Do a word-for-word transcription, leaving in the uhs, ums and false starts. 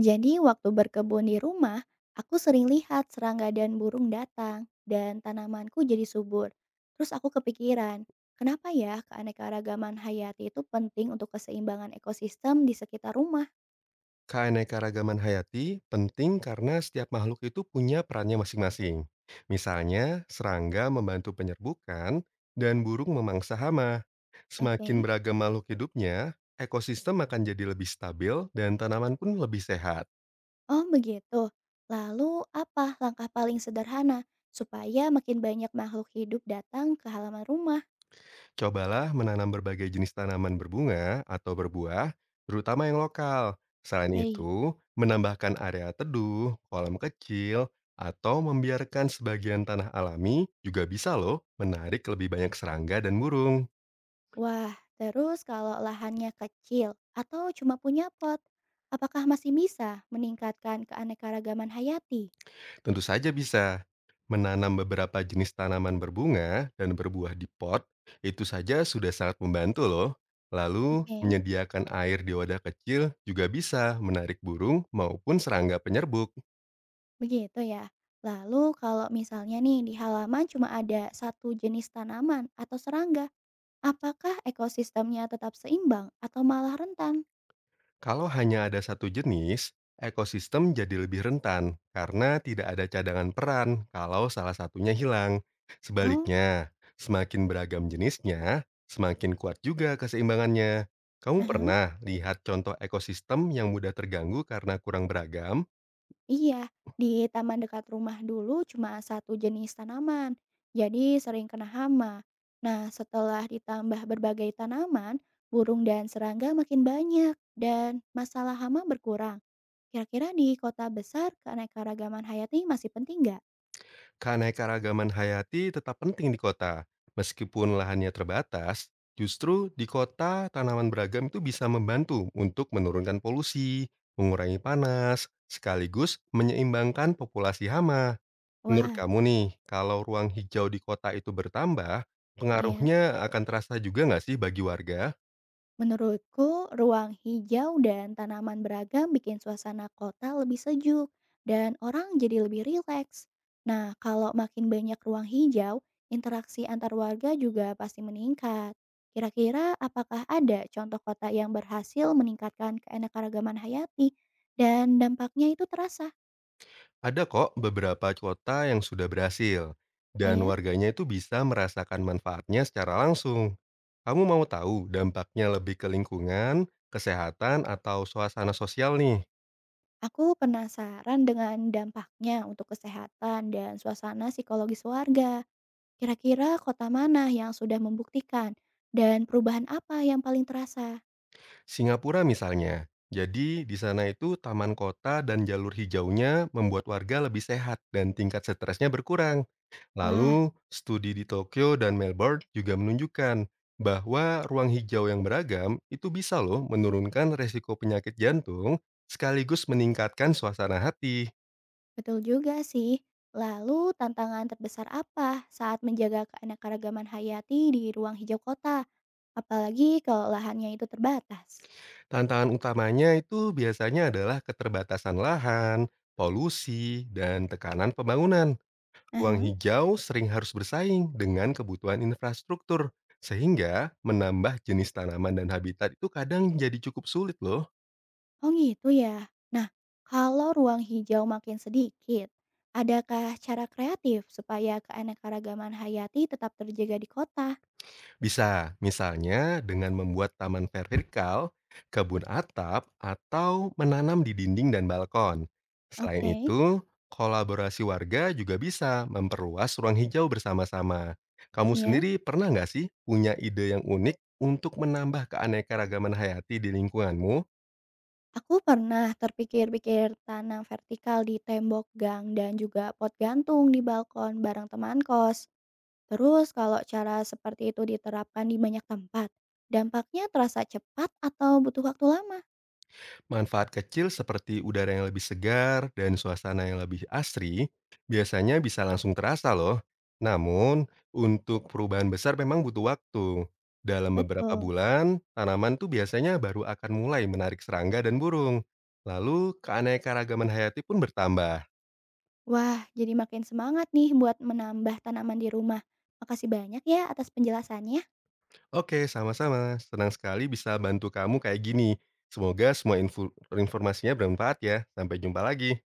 Jadi waktu berkebun di rumah, aku sering lihat serangga dan burung datang dan tanamanku jadi subur. Terus aku kepikiran, kenapa ya keanekaragaman hayati itu penting untuk keseimbangan ekosistem di sekitar rumah? Keanekaragaman hayati penting karena setiap makhluk itu punya perannya masing-masing. Misalnya, serangga membantu penyerbukan dan burung memangsa hama. Semakin Oke. beragam makhluk hidupnya, ekosistem akan jadi lebih stabil dan tanaman pun lebih sehat. Oh, begitu. Lalu apa langkah paling sederhana supaya makin banyak makhluk hidup datang ke halaman rumah? Cobalah menanam berbagai jenis tanaman berbunga atau berbuah, terutama yang lokal. Selain Baik. itu, menambahkan area teduh, kolam kecil, atau membiarkan sebagian tanah alami juga bisa loh menarik lebih banyak serangga dan burung. Wah, terus kalau lahannya kecil atau cuma punya pot, apakah masih bisa meningkatkan keanekaragaman hayati? Tentu saja bisa. Menanam beberapa jenis tanaman berbunga dan berbuah di pot, itu saja sudah sangat membantu loh. Lalu, Oke, menyediakan air di wadah kecil juga bisa menarik burung maupun serangga penyerbuk. begitu ya. Lalu kalau misalnya nih di halaman cuma ada satu jenis tanaman atau serangga, apakah ekosistemnya tetap seimbang atau malah rentan? Kalau hanya ada satu jenis, ekosistem jadi lebih rentan karena tidak ada cadangan peran kalau salah satunya hilang. Oh, Sebaliknya, semakin beragam jenisnya, semakin kuat juga keseimbangannya. Kamu aha. pernah lihat contoh ekosistem yang mudah terganggu karena kurang beragam? Iya, di taman dekat rumah dulu cuma satu jenis tanaman, jadi sering kena hama. Nah, setelah ditambah berbagai tanaman, burung dan serangga makin banyak dan masalah hama berkurang. Kira-kira di kota besar keanekaragaman hayati masih penting nggak? Keanekaragaman hayati tetap penting di kota. Meskipun lahannya terbatas, justru di kota tanaman beragam itu bisa membantu untuk menurunkan polusi, mengurangi panas, sekaligus menyeimbangkan populasi hama. Menurut Wah, kamu nih, kalau ruang hijau di kota itu bertambah, iya. pengaruhnya akan terasa juga nggak sih bagi warga? Menurutku, ruang hijau dan tanaman beragam bikin suasana kota lebih sejuk dan orang jadi lebih rileks. Nah, kalau makin banyak ruang hijau, interaksi antar warga juga pasti meningkat. Kira-kira apakah ada contoh kota yang berhasil meningkatkan keanekaragaman hayati dan dampaknya itu terasa? Ada kok beberapa kota yang sudah berhasil, Oh dan ya, warganya itu bisa merasakan manfaatnya secara langsung. Kamu mau tahu dampaknya lebih ke lingkungan, kesehatan, atau suasana sosial nih? aku penasaran dengan dampaknya untuk kesehatan dan suasana psikologis warga. Kira-kira kota mana yang sudah membuktikan dan perubahan apa yang paling terasa? Singapura misalnya. Jadi di sana itu taman kota dan jalur hijaunya membuat warga lebih sehat dan tingkat stresnya berkurang. Wah, Lalu, studi di Tokyo dan Melbourne juga menunjukkan bahwa ruang hijau yang beragam itu bisa loh menurunkan resiko penyakit jantung sekaligus meningkatkan suasana hati. betul juga sih. Lalu tantangan terbesar apa saat menjaga keanekaragaman hayati di ruang hijau kota? Apalagi kalau lahannya itu terbatas. Tantangan utamanya itu biasanya adalah keterbatasan lahan, polusi, dan tekanan pembangunan. Ruang Aha, hijau sering harus bersaing dengan kebutuhan infrastruktur, sehingga menambah jenis tanaman dan habitat itu kadang jadi cukup sulit loh. oh gitu ya. Nah, kalau ruang hijau makin sedikit, adakah cara kreatif supaya keanekaragaman hayati tetap terjaga di kota? Bisa, misalnya dengan membuat taman vertikal, kebun atap, atau menanam di dinding dan balkon. Selain Oke, itu, kolaborasi warga juga bisa memperluas ruang hijau bersama-sama. Kamu iya. sendiri pernah nggak sih punya ide yang unik untuk menambah keanekaragaman hayati di lingkunganmu? Aku pernah terpikir-pikir tanam vertikal di tembok gang dan juga pot gantung di balkon bareng teman kos. Terus kalau cara seperti itu diterapkan di banyak tempat, dampaknya terasa cepat atau butuh waktu lama? Manfaat kecil seperti udara yang lebih segar dan suasana yang lebih asri biasanya bisa langsung terasa loh. Namun, untuk perubahan besar memang butuh waktu. Dalam beberapa Betul. bulan, tanaman tuh biasanya baru akan mulai menarik serangga dan burung. Lalu, keanekaragaman hayati pun bertambah. Wah, jadi makin semangat nih buat menambah tanaman di rumah. Makasih banyak ya atas penjelasannya. Oke, sama-sama. Senang sekali bisa bantu kamu kayak gini. Semoga semua info- informasinya bermanfaat ya. Sampai jumpa lagi.